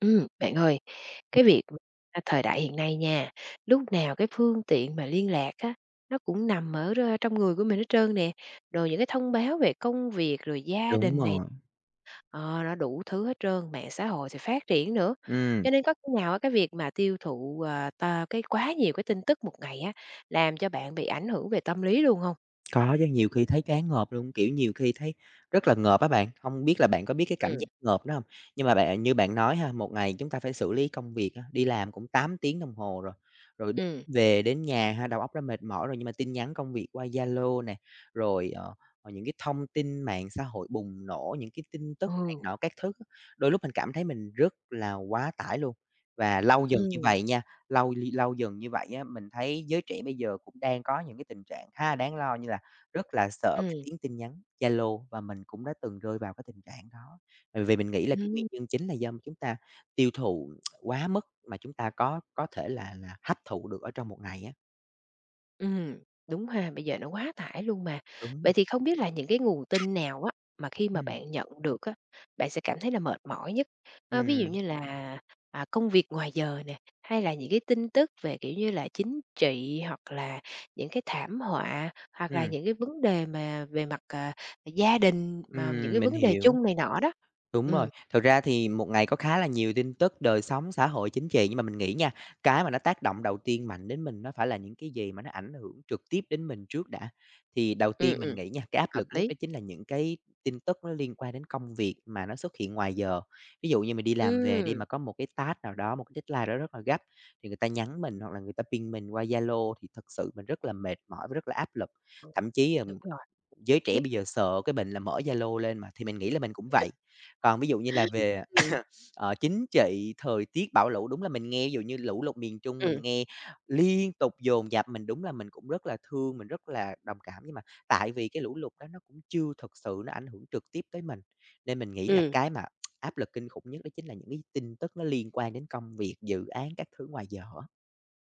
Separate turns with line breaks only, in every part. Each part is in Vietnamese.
Bạn ơi, cái việc thời đại hiện nay nha, lúc nào cái phương tiện mà liên lạc á, nó cũng nằm ở trong người của mình hết trơn nè. Rồi những cái thông báo về công việc, rồi gia
Đúng
đình này,
rồi,
nó đủ thứ hết trơn, mạng xã hội thì phát triển nữa.
ừ.
Cho nên có khi nào á, cái việc mà tiêu thụ, ờ, t cái quá nhiều cái tin tức một ngày á, làm cho bạn bị ảnh hưởng về tâm lý luôn không?
Có chứ, nhiều khi thấy choáng ngợp luôn, kiểu, nhiều khi thấy rất là ngợp á bạn. Không biết là bạn có biết cái cảm
Ừm,
giác ngợp đó không. Nhưng mà bạn như bạn nói ha, một ngày chúng ta phải xử lý công việc á, đi làm cũng 8 tiếng đồng hồ rồi, rồi
ừm.
về đến nhà ha, đầu óc đã mệt mỏi rồi, nhưng mà tin nhắn công việc qua Zalo nè, rồi, những cái thông tin mạng xã hội bùng nổ, những cái tin tức này
Ừ.
nọ các thứ á, đôi lúc mình cảm thấy mình rất là quá tải luôn. Và lâu dần như
Ừm.
vậy nha, lâu lâu dần như vậy á, mình thấy giới trẻ bây giờ cũng đang có những cái tình trạng khá là đáng lo như là rất là sợ cái tiếng tin nhắn Zalo và mình cũng đã từng rơi vào cái tình trạng đó. Bởi vì mình nghĩ là cái nguyên
Ừm.
nhân chính là do chúng ta tiêu thụ quá mức mà chúng ta có thể là hấp thụ được ở trong một ngày á.
Ừm, đúng ha, bây giờ nó quá tải luôn mà.
Đúng,
Vậy thì không biết là những cái nguồn tin nào á, mà khi
ừ,
mà bạn nhận được á, bạn sẽ cảm thấy là mệt mỏi nhất? Ơ, ví dụ
ừ,
như là, công việc ngoài giờ nè, hay là những cái tin tức về, kiểu như là, chính trị hoặc là những cái thảm họa, hoặc là
ừ,
những cái vấn đề mà về mặt, gia đình, mà những cái
mình
vấn đề
hiểu.
chung này nọ đó?
Đúng rồi,
Ừ,
thực ra thì một ngày có khá là nhiều tin tức đời sống, xã hội, chính trị, nhưng mà mình nghĩ nha, cái mà nó tác động đầu tiên mạnh đến mình nó phải là những cái gì mà nó ảnh hưởng trực tiếp đến mình trước đã. Thì đầu
ừ,
tiên mình nghĩ nha, cái áp
hợp
lực nhất
lý.
đó chính là những cái tin tức nó liên quan đến công việc mà nó xuất hiện ngoài giờ. Ví dụ như mình đi làm về đi mà
Ừ,
có một cái task nào đó, một cái deadline đó rất là gấp thì người ta nhắn mình hoặc là người ta ping mình qua Zalo thì thật sự mình rất là mệt mỏi và rất là áp lực. Thậm chí, ờ,
đúng rồi
Giới trẻ
đấy.
bây giờ sợ cái mình là mở Zalo lên mà, thì mình nghĩ là mình cũng vậy. Còn ví dụ như là về,
Ừ,
ờ, chính trị, thời tiết, bão lũ, đúng là mình nghe ví dụ như lũ lụt miền Trung mình
ừ,
nghe liên tục dồn dập, mình đúng là mình cũng rất là thương, mình rất là đồng cảm, nhưng mà tại vì cái lũ lụt đó nó cũng chưa thực sự nó ảnh hưởng trực tiếp tới mình, nên mình nghĩ là
ừm.
cái mà áp lực kinh khủng nhất đó chính là những cái tin tức nó liên quan đến công việc, dự án các thứ ngoài giờ á.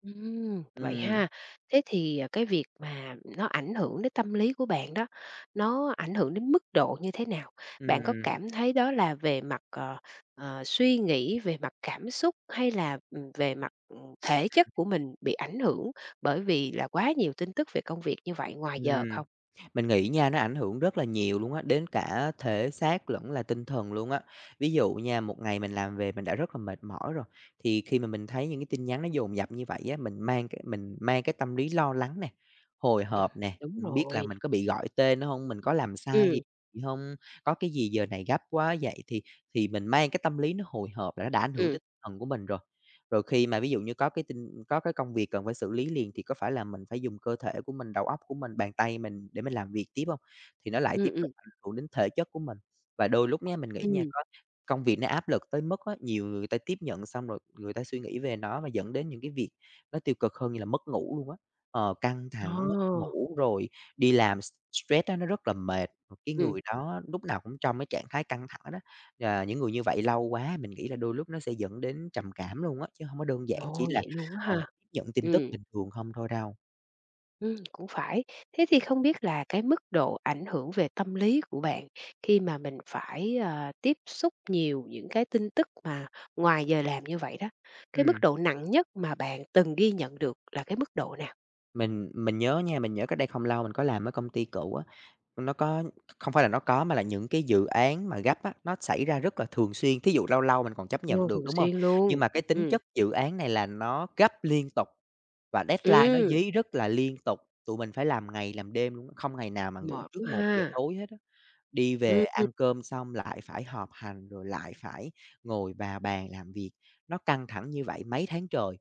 Vậy
Ừm,
ha. Thế thì, cái việc mà nó ảnh hưởng đến tâm lý của bạn đó, nó ảnh hưởng đến mức độ như thế nào? Bạn có
ừm.
cảm thấy đó là về mặt, suy nghĩ, về mặt cảm xúc hay là, về mặt, thể chất của mình bị ảnh hưởng bởi vì là quá nhiều tin tức về công việc như vậy ngoài giờ không?
Mình nghĩ nha, nó ảnh hưởng rất là nhiều luôn á, đến cả thể xác lẫn là tinh thần luôn á. Ví dụ nha, một ngày mình làm về mình đã rất là mệt mỏi rồi, thì khi mà mình thấy những cái tin nhắn nó dồn dập như vậy á, mình mang cái tâm lý lo lắng nè, hồi
Ừm,
hộp nè,
đúng
hông biết là
rồi.
mình có bị gọi tên nữa hông, mình có làm sai gì
Ừm,
hông, có cái gì giờ này gấp quá. Vậy thì mình mang cái tâm lý nó hồi hộp là nó đã ảnh hưởng tới
ừm,
tinh thần của mình rồi. Rồi khi mà ví dụ như có cái công việc cần phải xử lý liền thì có phải là mình phải dùng cơ thể của mình, đầu óc của mình, bàn tay mình để mình làm việc tiếp không. Thì nó lại
ừm,
tiếp tục
ừm,
ảnh hưởng đến thể chất của mình. Và đôi lúc nhá, mình nghĩ nha,
ừm.
có công việc nó áp lực tới mức á, nhiều người ta tiếp nhận xong rồi người ta suy nghĩ về nó và dẫn đến những cái việc nó tiêu cực hơn như là mất ngủ luôn á. Ờ, căng thẳng, mất
Ồ,
ngủ rồi đi làm stress á, nó rất là mệt, cái
ừm,
người đó lúc nào cũng trong cái trạng thái căng thẳng đó. Ờ, những người như vậy lâu quá mình nghĩ là đôi lúc nó sẽ dẫn đến trầm cảm luôn á, chứ hông có đơn giản chỉ
ồ,
là,
vậy luôn á
ờ,
ha?
tiếp nhận tin tức
Ừm.
bình thường không thôi đâu.
Cũng phải. Thế thì không biết là cái mức độ ảnh hưởng về tâm lý của bạn khi mà mình phải, tiếp xúc nhiều những cái tin tức mà ngoài giờ làm như vậy đó, cái mức
Ừm,
độ nặng nhất mà bạn từng ghi nhận được là cái mức độ nào?
mình nhớ nha, mình nhớ cách đây không lâu mình có làm ở công ty cũ á, nó có không phải là nó có mà là những cái dự án mà gấp á, nó xảy ra rất là thường xuyên. Thí dụ lâu lâu mình còn chấp nhận
Ồ,
được,
thường
đúng hông?
xuyên
Nhưng
luôn.
mà cái tính
Ừm,
chất dự án này là nó gấp liên tục và deadline nó
ừm,
dí rất là liên tục, tụi mình phải làm ngày làm đêm luôn á, không ngày nào mà ngủ
mệt
trước
quá
một giờ
ha.
tối hết á. Đi về
Ừm, ừm,
ăn cơm xong lại phải họp hành, rồi lại phải ngồi vào bàn làm việc. Nó căng thẳng như vậy mấy tháng trời,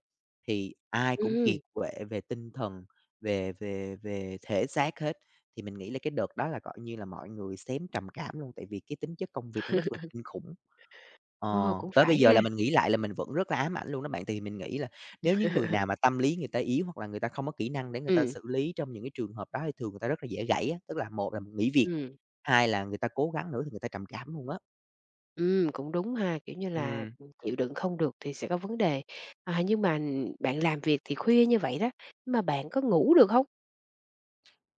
thì ai cũng kiệt
ừm.
quệ về tinh thần, về về về thể xác hết. Thì mình nghĩ là cái đợt đó là, coi như là, mọi người xém trầm cảm luôn, tại vì cái tính chất công việc nó rất là kinh khủng. Ờ,
Ồ, cũng
tới bây
phải
giờ
ha.
là mình nghĩ lại là mình vẫn rất là ám ảnh luôn đó bạn. Thì mình nghĩ là nếu những người nào mà tâm lý người ta yếu hoặc là người ta không có kỹ năng để người ta
Ừm,
xử lý trong những cái trường hợp đó thì thường người ta rất là dễ gãy á. Tức là một là nghỉ việc,
ừm.
hai là người ta cố gắng nữa thì người ta trầm cảm luôn á.
Cũng đúng ha, kiểu như là,
Ừm.
chịu đựng không được thì sẽ có vấn đề. À, nhưng mà bạn làm việc thì khuya như vậy đó, mà bạn có ngủ được không?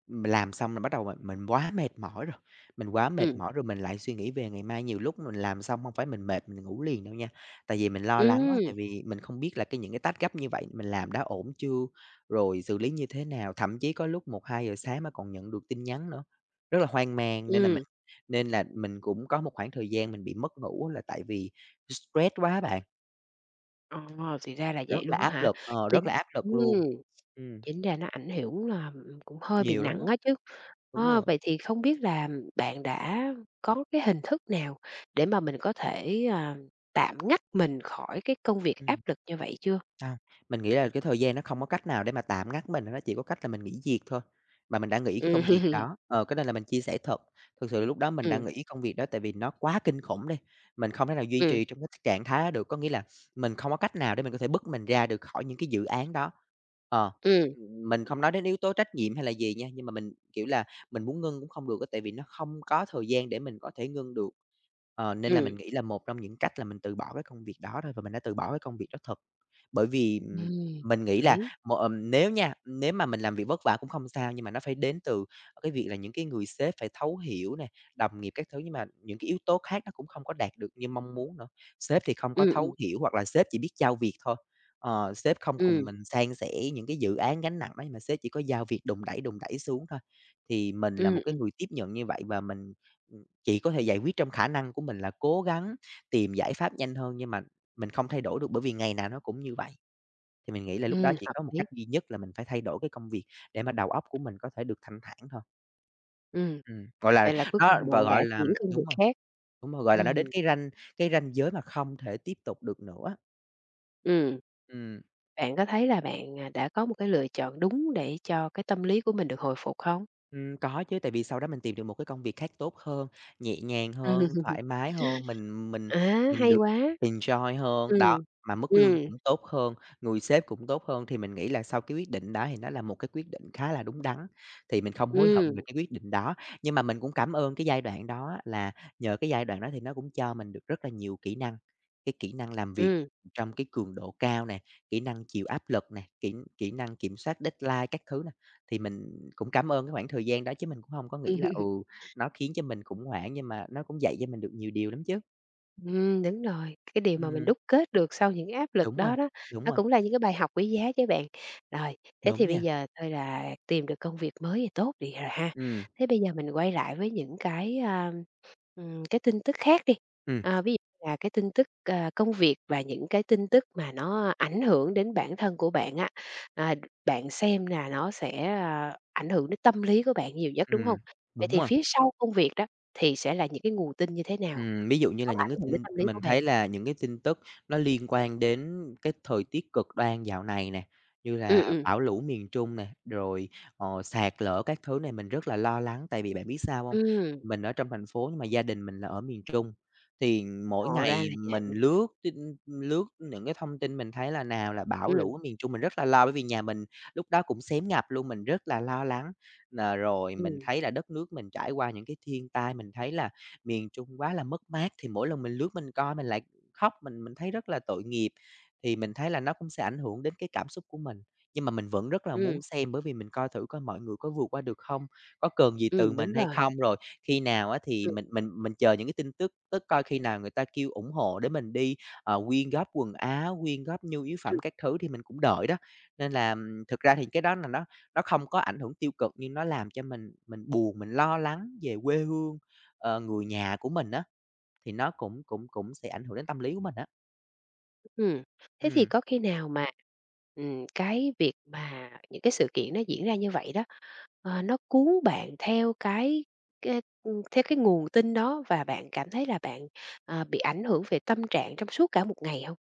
Mình làm xong là bắt đầu mình quá mệt mỏi rồi, mình quá mệt
Ừm,
mỏi rồi mình lại suy nghĩ về ngày mai, nhiều lúc mình làm xong không phải mình mệt mình ngủ liền đâu nha. Tại vì mình lo lắng quá,
ừm,
tại vì mình không biết là cái những cái task gấp như vậy mình làm đã ổn chưa, rồi xử lý như thế nào, thậm chí có lúc 1-2 giờ sáng mà còn nhận được tin nhắn nữa, rất là hoang mang.
ừm,
Nên là mình cũng có một khoảng thời gian mình bị mất ngủ là tại vì stress quá bạn,
ờ, thì ra là vậy
rất là
luôn
áp
hả?
lực, ờ, rất là
Chính
áp lực
ừm,
luôn. Ừm,
chính ra nó ảnh hưởng là, cũng hơi bị
nhiều lắm á,
nặng á chứ.
đúng
Ờ,
rồi.
vậy thì không biết là bạn đã có cái hình thức nào để mà mình có thể, tạm ngắt mình khỏi cái công việc áp
Ừm.
lực như vậy chưa?
Hông, mình nghĩ là cái thời gian nó không có cách nào để mà tạm ngắt mình, nó chỉ có cách là mình nghỉ việc thôi, mà mình đã nghỉ cái
Ừm.
công việc đó. Ờ, cái này là mình chia sẻ thật, thực sự lúc đó mình đã
Ừm,
nghỉ công việc đó tại vì nó quá kinh khủng đi, mình không thể nào duy
ừm,
trì trong cái trạng thái đó được, có nghĩa là mình không có cách nào để mình có thể bứt mình ra được khỏi những cái dự án đó. Ờ,
ừm,
mình không nói đến yếu tố trách nhiệm hay là gì nha, nhưng mà mình, kiểu là, mình muốn ngưng cũng không được á, tại vì nó không có thời gian để mình có thể ngưng được. Ờ, nên là
ừm.
mình nghĩ là một trong những cách là mình từ bỏ cái công việc đó thôi và mình đã từ bỏ cái công việc đó thật. Bởi vì,
Ừm,
mình nghĩ là
lý.
một nếu nha, nếu mà mình làm việc vất vả cũng không sao, nhưng mà nó phải đến từ cái việc là những cái người sếp phải thấu hiểu nè, đồng nghiệp các thứ, nhưng mà những cái yếu tố khác nó cũng không có đạt được như mong muốn nữa. Sếp thì không có
Ừm,
thấu
ừm,
hiểu hoặc là sếp chỉ biết giao việc thôi, ờ, sếp không cùng
ừm,
mình san sẻ những cái dự án gánh nặng đó, nhưng mà sếp chỉ có giao việc đùn đẩy xuống thôi. Thì mình là một
ừm,
cái
ừm,
người tiếp nhận như vậy và mình, chỉ có thể giải quyết trong khả năng của mình là cố gắng tìm giải pháp nhanh hơn, nhưng mà mình không thay đổi được bởi vì ngày nào nó cũng như vậy, thì mình nghĩ là lúc đó chỉ
hợp
có một
lý.
cách duy nhất là mình phải thay đổi cái công việc để mà đầu óc của mình có thể được thanh thản thôi.
Ừm,
Gọi là,
vậy là cuối
nó
cùng
và,
bạn đã
gọi là
chuyển công việc
Đúng rồi,
khác.
đúng rồi, nó đến
Ừm,
cái ranh giới mà không thể tiếp tục được nữa.
ừm,
Ừm.
bạn có thấy là bạn, đã có một cái lựa chọn đúng để cho cái tâm lý của mình được hồi phục không?
Có chứ, tại vì sau đó mình tìm được một cái công việc khác tốt hơn, nhẹ nhàng hơn, thoải mái hơn, mình mình
À,
mình
hay
được
quá!
enjoy hơn, đó,
Ừm,
mà mức lương
ừm,
cũng tốt hơn, người sếp cũng tốt hơn. Thì mình nghĩ là sau cái quyết định đó thì nó là một cái quyết định khá là đúng đắn, thì mình không hối hận về
ừm,
cái quyết định đó. Nhưng mà mình cũng cảm ơn cái giai đoạn đó á, là nhờ cái giai đoạn đó thì nó cũng cho mình được rất là nhiều kỹ năng, cái kỹ năng làm việc trong cái cường độ cao nè, kỹ năng chịu áp lực nè, kỹ kỹ năng kiểm soát deadline các thứ thì mình cũng cảm ơn cái khoảng thời gian đó chứ mình cũng hông có nghĩ là,
ừm.
ừ, nó khiến cho mình khủng hoảng, nhưng mà nó cũng dạy cho mình được nhiều điều lắm chứ.
Đúng rồi, cái điều mà mình
Ừm,
đúc kết được sau những áp lực
đúng rồi,
đó đó,
đúng
nó
rồi,
cũng là những cái bài học quý giá chứ bạn. Rồi, thế
đúng
thì bây
nha.
giờ thôi là tìm được công việc mới thì tốt đi rồi ha.
Ừm,
Thế bây giờ mình quay lại với những cái, cái tin tức khác đi,
ừm,
ví dụ là cái tin tức, công việc và những cái tin tức mà nó ảnh hưởng đến bản thân của bạn á, à, bạn xem là nó sẽ, ảnh hưởng đến tâm lý của bạn nhiều nhất, đúng
ừm,
không? Vậy
đúng
thì
rồi.
phía sau công việc đó thì sẽ là những cái nguồn tin như thế nào?
Ví dụ như
Có
là những cái
ảnh hưởng đến
tin
tâm lý
mình
của bạn.
thấy là những cái tin tức nó liên quan đến cái thời tiết cực đoan dạo này nè, như
Ừm,
là
ừm,
bão lũ miền Trung nè, rồi, ờ, sạt lở các thứ này mình rất là lo lắng, tại vì bạn biết sao không?
ừm,
Mình ở trong thành phố nhưng mà gia đình mình là ở miền Trung, thì mỗi
ngộ ra
ngày
là vậy.
mình lướt tin lướt những cái thông tin mình thấy là nào là bão
Ừm,
lũ ở miền Trung, mình rất là lo bởi vì nhà mình lúc đó cũng xém ngập luôn, mình rất là lo lắng. Nà rồi mình
ừm,
thấy là đất nước mình trải qua những cái thiên tai, mình thấy là miền Trung quá là mất mát, thì mỗi lần mình lướt mình coi mình lại khóc, mình thấy rất là tội nghiệp. Thì mình thấy là nó cũng sẽ ảnh hưởng đến cái cảm xúc của mình, nhưng mà mình vẫn rất là muốn
ừm,
xem bởi vì mình coi thử coi mọi người có vượt qua được không, có cần gì từ mình
đúng
hay
rồi.
không, rồi khi nào á thì
Ừm,
mình chờ những cái tin tức, tức coi khi nào người ta kêu ủng hộ để mình đi, ờ, quyên góp quần áo, quyên góp nhu yếu phẩm
ừm,
các thứ thì mình cũng đợi đó. Nên là, thực ra thì cái đó là nó không có ảnh hưởng tiêu cực nhưng nó làm cho mình buồn, mình lo lắng về quê hương ờ, người nhà của mình á, thì nó cũng cũng cũng sẽ ảnh hưởng đến tâm lý của mình á.
ừm. Thế thì
Ừm.
có khi nào mà, cái việc mà những cái sự kiện nó diễn ra như vậy đó, nó cuốn bạn theo cái nguồn tin đó và bạn cảm thấy là bạn, bị ảnh hưởng về tâm trạng trong suốt cả một ngày hông?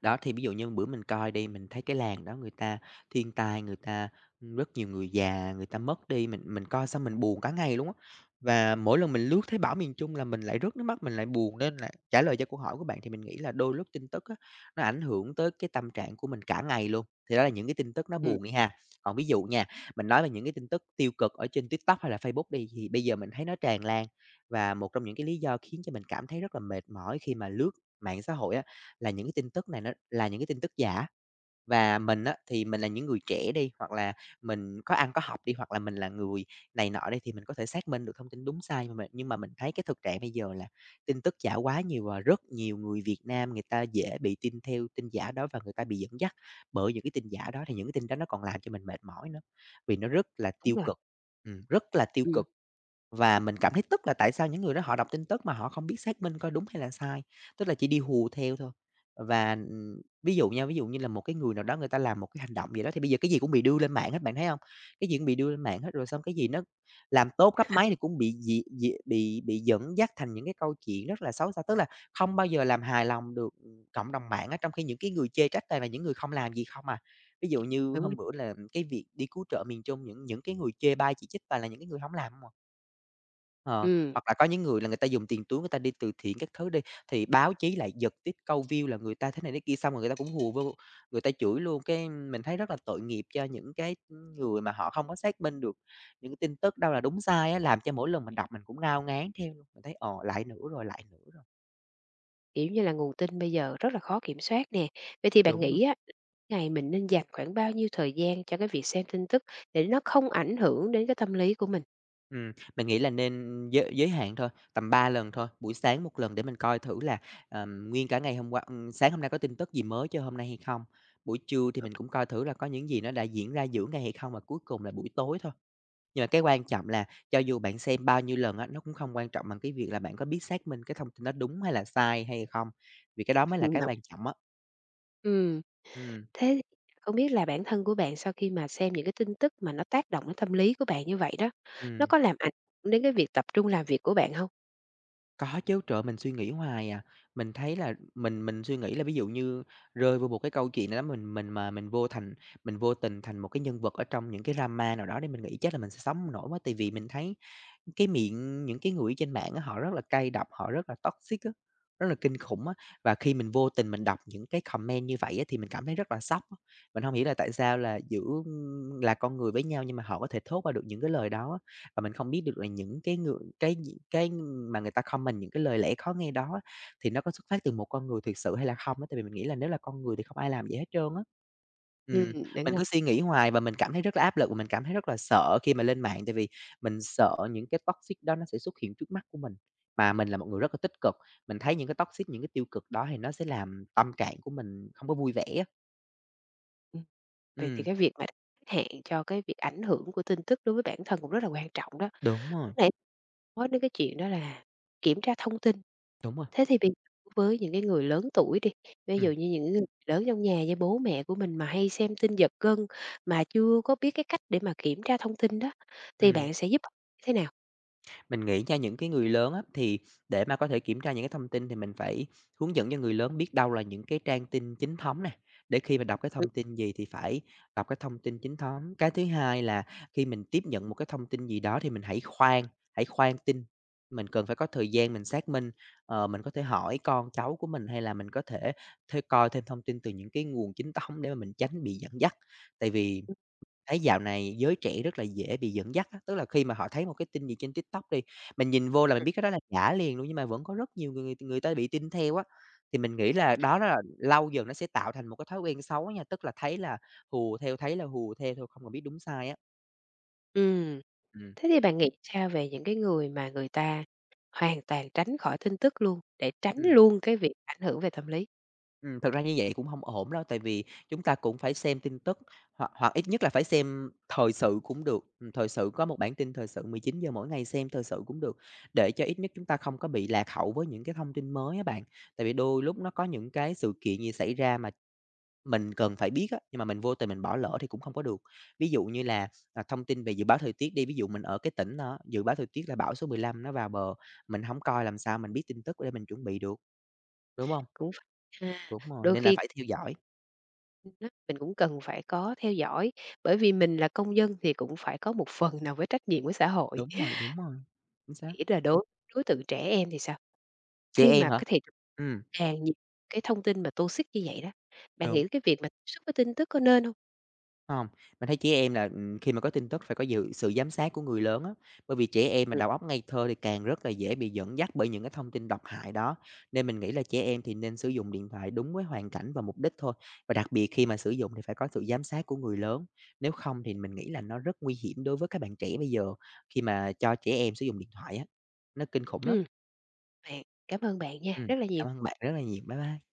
Đó, thì ví dụ như bữa mình coi đi, mình thấy cái làng đó người ta thiên tai, người ta rất nhiều người già, người ta mất đi, mình coi xong mình buồn cả ngày luôn á. Và mỗi lần mình lướt thấy bão miền Trung là mình lại rớt nước mắt, mình lại buồn nên là trả lời cho câu hỏi của bạn thì mình nghĩ là đôi lúc tin tức á, nó ảnh hưởng tới cái tâm trạng của mình cả ngày luôn. Thì đó là những cái tin tức nó
Ừm,
buồn đi ha. Còn ví dụ nha, mình nói về những cái tin tức tiêu cực ở trên TikTok hay là Facebook đi thì bây giờ mình thấy nó tràn lan và một trong những cái lý do khiến cho mình cảm thấy rất là mệt mỏi khi mà lướt mạng xã hội á là những cái tin tức này nó là những cái tin tức giả. Và mình á, thì mình là những người trẻ đi, hoặc là mình có ăn có học đi, hoặc là mình là người này nọ đi thì mình có thể xác minh được thông tin đúng sai, mà mình nhưng mà mình thấy cái thực trạng bây giờ là tin tức giả quá nhiều và rất nhiều người Việt Nam người ta dễ bị tin theo tin giả đó và người ta bị dẫn dắt bởi những cái tin giả đó, thì những cái tin đó nó còn làm cho mình mệt mỏi nữa, vì nó rất là
đúng
tiêu
rồi,
cực, rất là tiêu
ừm,
cực. Và mình cảm thấy tức là tại sao những người đó họ đọc tin tức mà họ không biết xác minh coi đúng hay là sai, tức là chỉ đi hù theo thôi. Và, ví dụ nha, ví dụ như là một cái người nào đó người ta làm một cái hành động gì đó thì bây giờ cái gì cũng bị đưa lên mạng hết, bạn thấy không? Cái gì cũng bị đưa lên mạng hết, rồi xong cái gì nó làm tốt cấp mấy thì cũng bị dị dị bị dẫn dắt thành những cái câu chuyện rất là xấu xa, tức là không bao giờ làm hài lòng được, cộng đồng mạng á, trong khi những cái người chê trách toàn là những người không làm gì không à. Ví dụ như
đúng,
hôm bữa là cái việc đi cứu trợ miền Trung, những cái người chê bai chỉ trích toàn là những cái người không làm hông à. Ờ,
ừm.
hoặc là có những người là người ta dùng tiền túi người ta đi từ thiện các thứ đi, thì báo chí lại giật tít câu view là người ta thế này thế kia, xong rồi người ta cũng hùa vô, người ta chửi luôn. Cái mình thấy rất là tội nghiệp cho những cái người mà họ không có xác minh được những cái tin tức đâu là đúng sai á, làm cho mỗi lần mình đọc mình cũng ngao ngán theo luôn. Mình thấy, ờ, lại nữa rồi,
Kiểu như là, nguồn tin bây giờ rất là khó kiểm soát nè. Vậy thì bạn
đúng rồi.
nghĩ á, ngày mình nên dành khoảng bao nhiêu thời gian cho cái việc xem tin tức để nó không ảnh hưởng đến cái tâm lý của mình?
Mình nghĩ là nên giới giới hạn thôi, tầm 3 lần thôi, buổi sáng một lần để mình coi thử là, nguyên cả ngày hôm qua sáng hôm nay có tin tức gì mới cho hôm nay hay không. Buổi trưa thì mình cũng coi thử là có những gì nó đã diễn ra giữa ngày hay không, và cuối cùng là buổi tối thôi. Nhưng mà cái quan trọng là cho dù bạn xem bao nhiêu lần á, nó cũng không quan trọng bằng cái việc là bạn có biết xác minh cái thông tin đó đúng hay là sai hay không, vì cái đó mới là
Ừm,
cái
đồng
quan trọng á.
Ừ,
Ừm,
thế thì không biết là bản thân của bạn sau khi mà xem những cái tin tức mà nó tác động đến tâm lý của bạn như vậy đó, nó
ừm.
có làm ảnh hưởng đến cái việc tập trung làm việc của bạn không?
Có chứ, trời ơi, mình suy nghĩ hoài à. Mình thấy là mình suy nghĩ là ví dụ như rơi vô một cái câu chuyện nào đó mình mà mình vô tình thành một cái nhân vật ở trong những cái drama nào đó để mình nghĩ chắc là mình sẽ sống hông nổi quá. Tại vì mình thấy cái miệng những cái người trên mạng á, họ rất là cay độc, họ rất là toxic á, rất là kinh khủng á. Và khi mình vô tình mình đọc những cái comment như vậy á, thì mình cảm thấy rất là sốc á. Mình không hiểu là tại sao là giữa là con người với nhau nhưng mà họ có thể thốt ra được những cái lời đó. Và mình không biết được là những cái những cái mà người ta comment những cái lời lẽ khó nghe đó á, thì nó có xuất phát từ một con người thực sự hay là không á, tại vì mình nghĩ là nếu là con người thì không ai làm vậy hết trơn á.
Ừ,
Ừm,
đúng
mình
rồi.
cứ suy nghĩ hoài và mình cảm thấy rất là áp lực và mình cảm thấy rất là sợ khi mà lên mạng, tại vì mình sợ những cái toxic đó nó sẽ xuất hiện trước mắt của mình. Mà mình là một người rất là tích cực, mình thấy những cái toxic, những cái tiêu cực đó thì nó sẽ làm tâm trạng của mình không có vui vẻ á.
Ừm. Vậy thì
Ừm,
cái việc mà đặt hạn cho cái việc ảnh hưởng của tin tức đối với bản thân cũng rất là quan trọng đó.
đúng rồi,
Lúc nãy nói đến cái chuyện đó là kiểm tra thông tin.
đúng rồi,
Thế thì bây giờ với những cái người lớn tuổi đi, ví
ừm,
dụ như những người lớn trong nhà như bố mẹ của mình mà hay xem tin giật gân, mà chưa có biết cái cách để mà kiểm tra thông tin đó, thì
ừm.
bạn sẽ giúp như thế nào?
Mình nghĩ nha, những cái người lớn á, thì để mà có thể kiểm tra những cái thông tin thì mình phải hướng dẫn cho người lớn biết đâu là những cái trang tin chính thống nè, để khi mà đọc cái
Ừm,
thông tin gì thì phải đọc cái thông tin chính thống. Cái thứ hai là khi mình tiếp nhận một cái thông tin gì đó thì mình hãy khoan tin. Mình cần phải có thời gian mình xác minh, ờ, mình có thể hỏi con cháu của mình hay là mình có thể thê coi thêm thông tin từ những cái nguồn chính thống để mà mình tránh bị dẫn dắt. Tại vì thấy dạo này giới trẻ rất là dễ bị dẫn dắt á, tức là khi mà họ thấy một cái tin gì trên TikTok đi, mình nhìn vô là mình biết cái đó là giả liền luôn, nhưng mà vẫn có rất nhiều người người ta bị tin theo á. Thì mình nghĩ là đó là lâu dần nó sẽ tạo thành một cái thói quen xấu nha, tức là thấy là hùa theo, thấy là hùa theo thôi, không còn biết đúng sai á. Ừm,
thế thì bạn nghĩ sao về những cái người mà người ta hoàn toàn tránh khỏi tin tức luôn, để tránh
ừm.
luôn cái việc ảnh hưởng về tâm lý?
Thật ra như vậy cũng không ổn đâu, tại vì chúng ta cũng phải xem tin tức, hoặc hoặc ít nhất là phải xem thời sự cũng được. Thời sự có một bản tin thời sự 19 giờ mỗi ngày xem thời sự cũng được, để cho ít nhất chúng ta không có bị lạc hậu với những cái thông tin mới á bạn. Tại vì đôi lúc nó có những cái sự kiện gì xảy ra mà mình cần phải biết á, nhưng mà mình vô tình mình bỏ lỡ thì cũng không có được. Ví dụ như là, à, thông tin về dự báo thời tiết đi, ví dụ mình ở cái tỉnh đó, dự báo thời tiết là bão số 15 nó vào bờ, mình không coi làm sao mình biết tin tức để mình chuẩn bị được, đúng không?
Cũng phải ha,
Đúng rồi,
đôi
nên là
khi.
phải theo dõi.
Ừm mình cũng cần phải có theo dõi, bởi vì mình là công dân thì cũng phải có một phần nào với trách nhiệm với xã hội.
Đúng rồi, chính xác.
Nghĩ là đối đối tượng trẻ em thì sao?
Chị
Khi
em
mà
hả?
cái thị trường
Ừm,
càng nhiều cái thông tin mà toxic như vậy đó, bạn
đúng,
nghĩ cái việc mà tiếp xúc với tin tức có nên không?
hông, mình thấy trẻ em là, khi mà có tin tức phải có dự sự giám sát của người lớn á, bởi vì trẻ em mà
Ừ,
đầu óc ngây thơ thì càng rất là dễ bị dẫn dắt bởi những cái thông tin độc hại đó. Nên mình nghĩ là trẻ em thì nên sử dụng điện thoại đúng với hoàn cảnh và mục đích thôi, và đặc biệt khi mà sử dụng thì phải có sự giám sát của người lớn. Nếu không thì mình nghĩ là nó rất nguy hiểm đối với các bạn trẻ bây giờ khi mà cho trẻ em sử dụng điện thoại á, nó kinh khủng lắm.
ừm, bạn cảm ơn bạn nha, rất là
Cảm
nhiều.
ơn bạn rất là nhiều. Bye bye.